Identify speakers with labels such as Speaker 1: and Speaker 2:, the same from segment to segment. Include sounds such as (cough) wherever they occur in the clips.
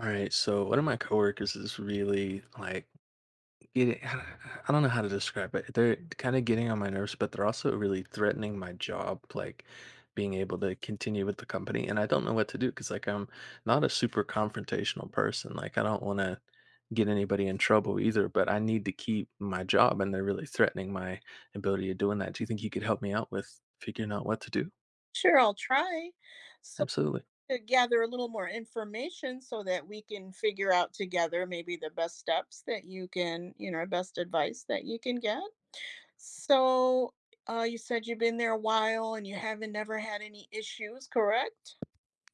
Speaker 1: All right, so one of my coworkers is really like getting, I don't know how to describe it. They're kind of getting on my nerves, but they're also really threatening my job, like being able to continue with the company. And I don't know what to do because, like, I'm not a super confrontational person. Like, I don't want to get anybody in trouble either, but I need to keep my job, and they're really threatening my ability of doing that. Do you think you could help me out with figuring out what to do?
Speaker 2: Sure, I'll try. So
Speaker 1: Absolutely.
Speaker 2: to gather a little more information so that we can figure out together maybe the best steps that you can, you know, best advice that you can get. So you said you've been there a while and you haven't never had any issues, correct?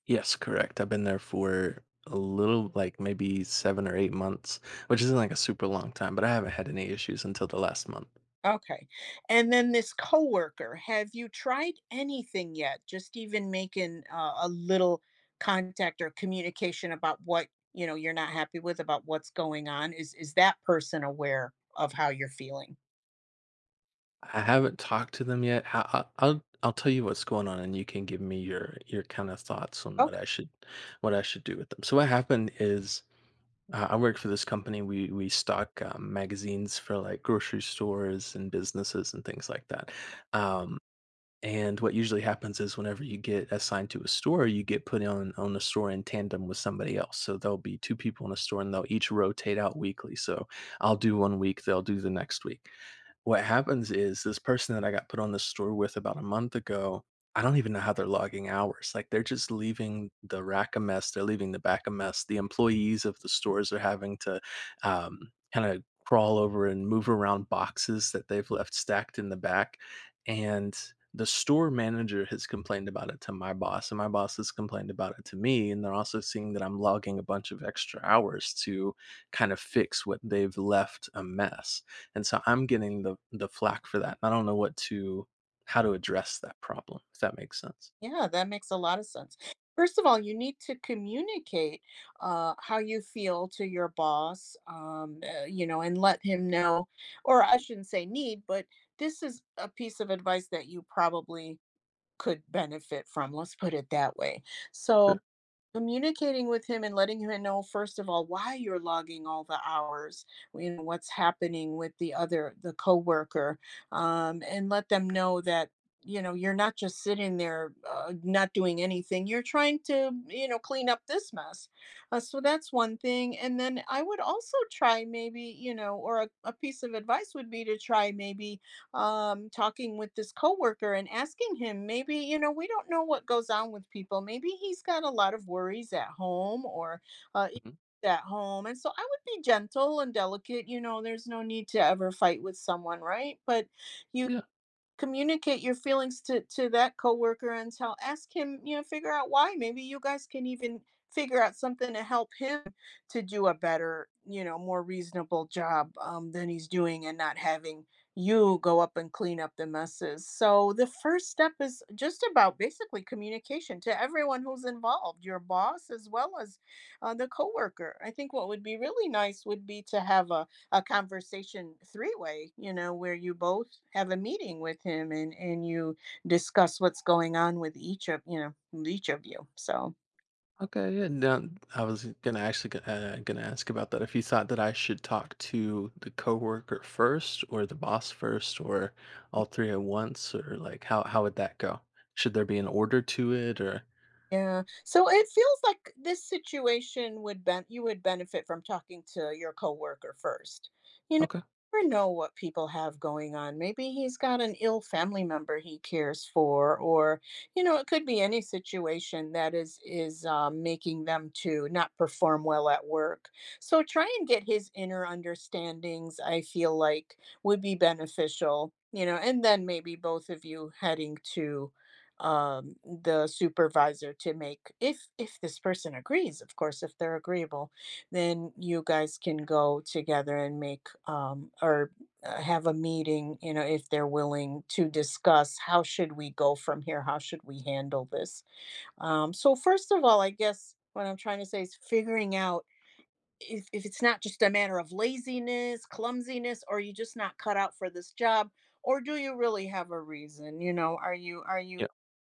Speaker 1: Yes, correct. I've been there for a little, like maybe 7 or 8 months, which isn't like a super long time, but I haven't had any issues until the last month.
Speaker 2: Okay. And then this coworker, have you tried anything yet? Just even making a little contact or communication about what, you know, you're not happy with about what's going on. Is that person aware of how you're feeling?
Speaker 1: I haven't talked to them yet. I'll tell you what's going on, and you can give me your kind of thoughts on
Speaker 2: Okay.
Speaker 1: what I should do with them. So what happened is I work for this company. We stock magazines for like grocery stores and businesses and things like that. Um, And what usually happens is whenever you get assigned to a store, you get put on the store in tandem with somebody else. So there'll be two people in a store and they'll each rotate out weekly. So I'll do one week, they'll do the next week. What happens is this person that I got put on this store with about a month ago, I don't even know how they're logging hours. Like they're just leaving the rack a mess. They're leaving the back a mess. The employees of the stores are having to kind of crawl over and move around boxes that they've left stacked in the back. And the store manager has complained about it to my boss, and my boss has complained about it to me. And they're also seeing that I'm logging a bunch of extra hours to kind of fix what they've left a mess. And so I'm getting the flack for that. I don't know what to how to address that problem, if that makes sense.
Speaker 2: Yeah, that makes a lot of sense. First of all, you need to communicate how you feel to your boss, you know, and let him know, or I shouldn't say need, but this is a piece of advice that you probably could benefit from, let's put it that way. So,
Speaker 1: Sure.
Speaker 2: communicating with him and letting him know, first of all, why you're logging all the hours, you know, what's happening with the other, the coworker, and let them know that you know you're not just sitting there not doing anything, you're trying to, you know, clean up this mess. So that's one thing, and then I would also try, maybe, you know, or a piece of advice would be to try maybe talking with this coworker and asking him, maybe, you know, we don't know what goes on with people. Maybe he's got a lot of worries at home or issues
Speaker 1: Hmm.
Speaker 2: at home. And so I would be gentle and delicate. You know, there's no need to ever fight with someone, right? But you,
Speaker 1: Yeah.
Speaker 2: communicate your feelings to that coworker and tell, ask him, you know, figure out why. Maybe you guys can even figure out something to help him to do a better, you know, more reasonable job than he's doing, and not having you go up and clean up the messes. So the first step is just about basically communication to everyone who's involved, your boss as well as the coworker. I think what would be really nice would be to have a conversation three-way, you know, where you both have a meeting with him and you discuss what's going on with each of, you know, each of you. So
Speaker 1: Okay. Yeah. Now, I was gonna actually gonna ask about that. If you thought that I should talk to the coworker first, or the boss first, or all three at once, or like how would that go? Should there be an order to it, or
Speaker 2: yeah. So it feels like this situation would ben you would benefit from talking to your coworker first. You know,
Speaker 1: okay?
Speaker 2: you never know what people have going on. Maybe he's got an ill family member he cares for, or you know, it could be any situation that is making them to not perform well at work. So try and get his inner understandings, I feel like, would be beneficial, you know, and then maybe both of you heading to the supervisor to make, if this person agrees, of course, if they're agreeable, then you guys can go together and make, or have a meeting, you know, if they're willing, to discuss how should we go from here, how should we handle this. So first of all, I guess what I'm trying to say is figuring out if it's not just a matter of laziness, clumsiness, or you just not cut out for this job, or do you really have a reason, you know, are you,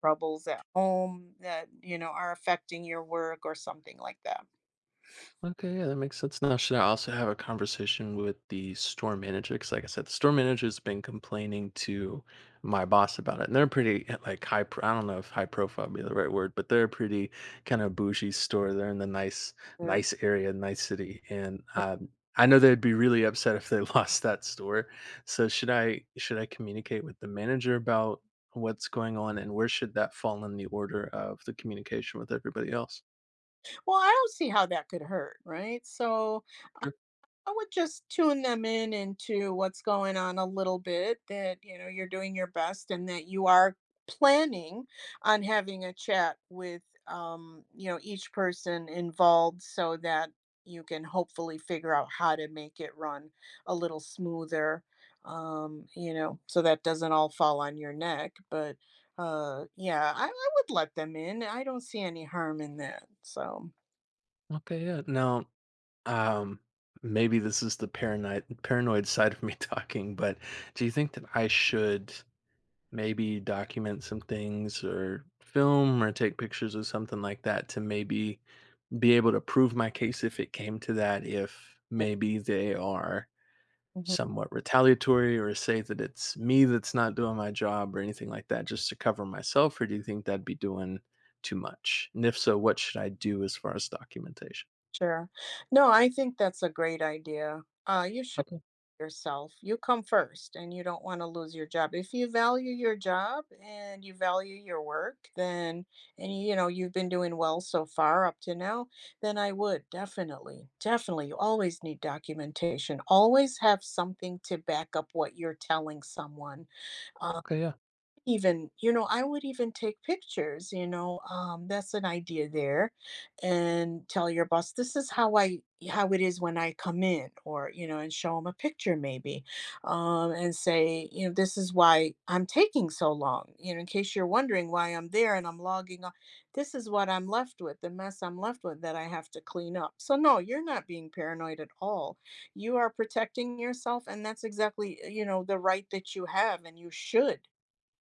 Speaker 2: troubles at home that, you know, are affecting your work or something like that.
Speaker 1: Okay, yeah, that makes sense. Now, should I also have a conversation with the store manager? Because, like I said, the store manager's been complaining to my boss about it, and they're pretty like high. I don't know if high profile would be the right word, but they're a pretty kind of bougie store. They're in the nice,
Speaker 2: Mm.
Speaker 1: nice area, nice city, and I know they'd be really upset if they (laughs) lost that store. So, should I communicate with the manager about what's going on, and where should that fall in the order of the communication with everybody else?
Speaker 2: Well, I don't see how that could hurt, right? So,
Speaker 1: Sure.
Speaker 2: I would just tune them in into what's going on a little bit, that, you know, you're doing your best and that you are planning on having a chat with, you know, each person involved so that you can hopefully figure out how to make it run a little smoother, you know, so that doesn't all fall on your neck. But yeah, I would let them in. I don't see any harm in that. So,
Speaker 1: Okay, yeah. Now, Um, maybe this is the paranoid side of me (laughs) talking, but do you think that I should maybe document some things or film or take pictures or something like that to maybe be able to prove my case if it came to that, if
Speaker 2: yeah.
Speaker 1: maybe they are
Speaker 2: Mm-hmm.
Speaker 1: somewhat retaliatory or say that it's me that's not doing my job or anything like that just to cover myself, or do you think that'd be doing too much? And if so, what should I do as far as documentation?
Speaker 2: Sure. No, I think that's a great idea. You should
Speaker 1: Okay.
Speaker 2: yourself. You come first, and you don't want to lose your job. If you value your job and you value your work, then, and you know you've been doing well so far up to now, then I would definitely, definitely. You always need documentation. Always have something to back up what you're telling someone. uh,
Speaker 1: Okay. Yeah.
Speaker 2: Even, you know, I would even take pictures, you know, that's an idea there, and tell your boss, "This is how I, how it is when I come in," or, you know, and show 'em a picture maybe, and say, you know, "This is why I'm taking so long, you know, in case you're wondering why I'm there and I'm logging on. This is what I'm left with, the mess I'm left with that I have to clean up." So, no, you're not being paranoid at all. You are protecting yourself, and that's exactly, you know, the right that you have, and you should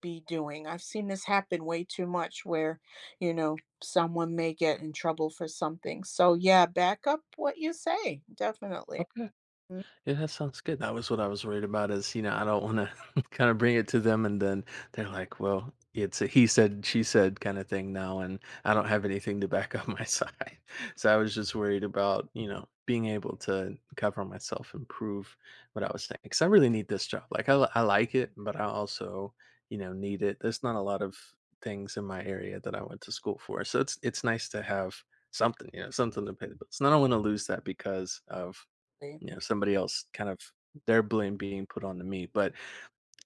Speaker 2: be doing. I've seen this happen way too much where, you know, someone may get in trouble for something. So, yeah, back up what you say. Definitely.
Speaker 1: Okay.
Speaker 2: Mm.
Speaker 1: Yeah, that sounds good. That was what I was worried about is, you know, I don't want to (laughs) kind of bring it to them and then they're like, well, it's a he said, she said kind of thing now, and I don't have anything to back up my (laughs) side. So I was just worried about, you know, being able to cover myself and prove what I was saying. Because I really need this job. Like, I like it, but I also, you know, need it. There's not a lot of things in my area that I went to school for. So it's nice to have something, you know, something to pay the bills. And I don't want to lose that because of
Speaker 2: Exactly.
Speaker 1: you know, somebody else kind of their blame being put onto me. But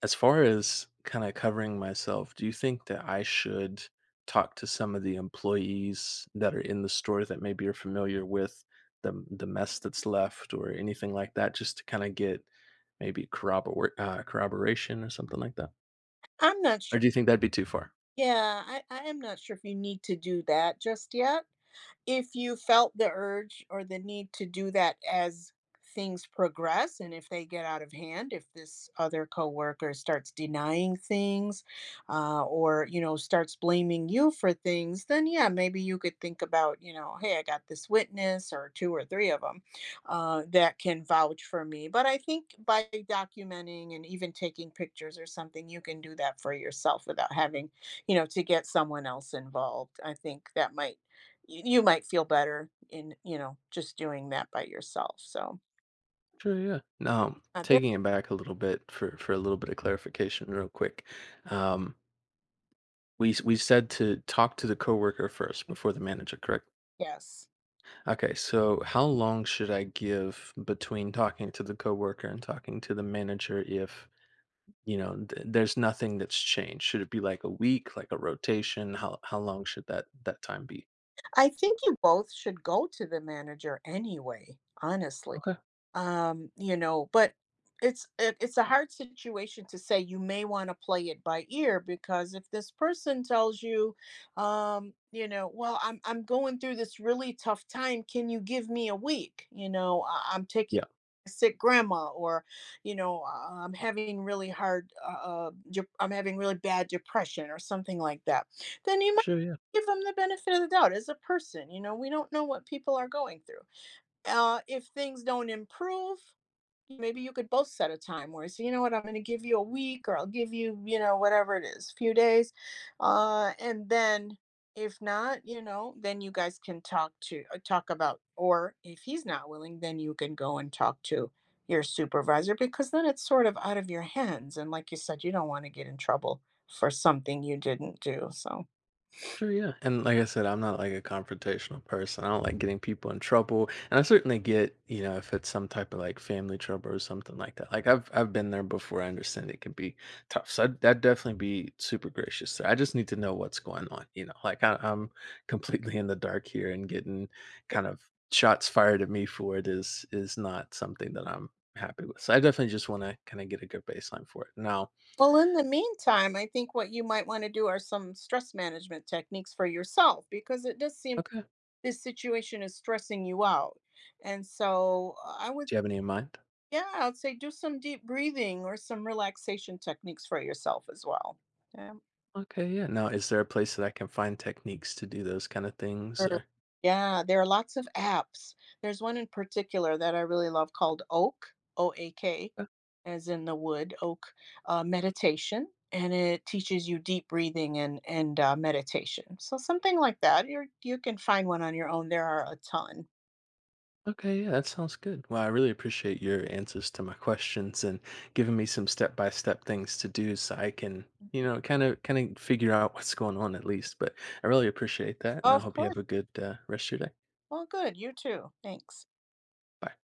Speaker 1: as far as kind of covering myself, do you think that I should talk to some of the employees that are in the store that maybe are familiar with the mess that's left or anything like that, just to kind of get maybe corroboration or something like that?
Speaker 2: I'm not
Speaker 1: Or
Speaker 2: sure.
Speaker 1: do you think that'd be too far?
Speaker 2: Yeah, I am not sure if you need to do that just yet. If you felt the urge or the need to do that as things progress, and if they get out of hand, if this other coworker starts denying things, or you know, starts blaming you for things, then yeah, maybe you could think about, you know, hey, I got this witness or two or three of them that can vouch for me. But I think by documenting and even taking pictures or something, you can do that for yourself without having, you know, to get someone else involved. I think that might, you might feel better in, you know, just doing that by yourself. So
Speaker 1: Sure, yeah. No,
Speaker 2: uh, there,
Speaker 1: taking it back a little bit for a little bit of clarification, real quick. Um, we said to talk to the coworker first before the manager, correct?
Speaker 2: yes,
Speaker 1: Okay, so how long should I give between talking to the coworker and talking to the manager if, you know, there's nothing that's changed? Should it be like a week, like a rotation? How long should that time be?
Speaker 2: I think you both should go to the manager anyway, honestly.
Speaker 1: Okay.
Speaker 2: Um, you know, but it's a hard situation to say. You may want to play it by ear, because if this person tells you, um, you know, well, I'm going through this really tough time, can you give me a week, you know, I'm taking
Speaker 1: Yeah.
Speaker 2: a sick grandma, or you know, I'm having really hard I'm having really bad depression or something like that, then you might
Speaker 1: Sure, yeah.
Speaker 2: give them the benefit of the doubt. As a person, you know, we don't know what people are going through. If things don't improve, maybe you could both set a time where you say, you know what, I'm going to give you a week, or I'll give you, you know, whatever it is, few days. And then if not, you know, then you guys can talk to, talk about, or if he's not willing, then you can go and talk to your supervisor, because then it's sort of out of your hands. And like you said, you don't want to get in trouble for something you didn't do. So.
Speaker 1: Sure, yeah. And like I said, I'm not like a confrontational person. I don't like getting people in trouble. And I certainly get, you know, if it's some type of like family trouble or something like that. Like I've been there before. I understand it can be tough. So I'd, that'd definitely be super gracious. So I just need to know what's going on, you know. Like I'm (laughs) completely in the dark here and getting kind of shots fired at me for it is not something that I'm happy with. So I definitely just want to kind of get a good baseline for it. Now,
Speaker 2: Well, in the meantime, I think what you might want to do are some stress management techniques for yourself, because it does seem
Speaker 1: okay.
Speaker 2: this situation is stressing you out. And so I would,
Speaker 1: Do you have any in mind?
Speaker 2: yeah, I would say do some deep breathing or some relaxation techniques for yourself as well. Yeah.
Speaker 1: Okay, yeah. Now, is there a place that I can find techniques to do those kind of things
Speaker 2: Or-
Speaker 1: or
Speaker 2: yeah, there are lots of apps. There's one in particular that I really love called Oak, O A K.
Speaker 1: Uh,
Speaker 2: As in the wood oak. Meditation. And it teaches you deep breathing and meditation. So something like that, you can find one on your own, there are a ton.
Speaker 1: Okay, yeah, that sounds good. Well, I really appreciate your answers to my questions and giving me some step-by-step things to do so I can, you know, kind of figure out what's going on at least. But I really appreciate that, and I
Speaker 2: Of
Speaker 1: hope you
Speaker 2: course.
Speaker 1: have a good rest of your day.
Speaker 2: Well, good. You too, thanks.
Speaker 1: Bye.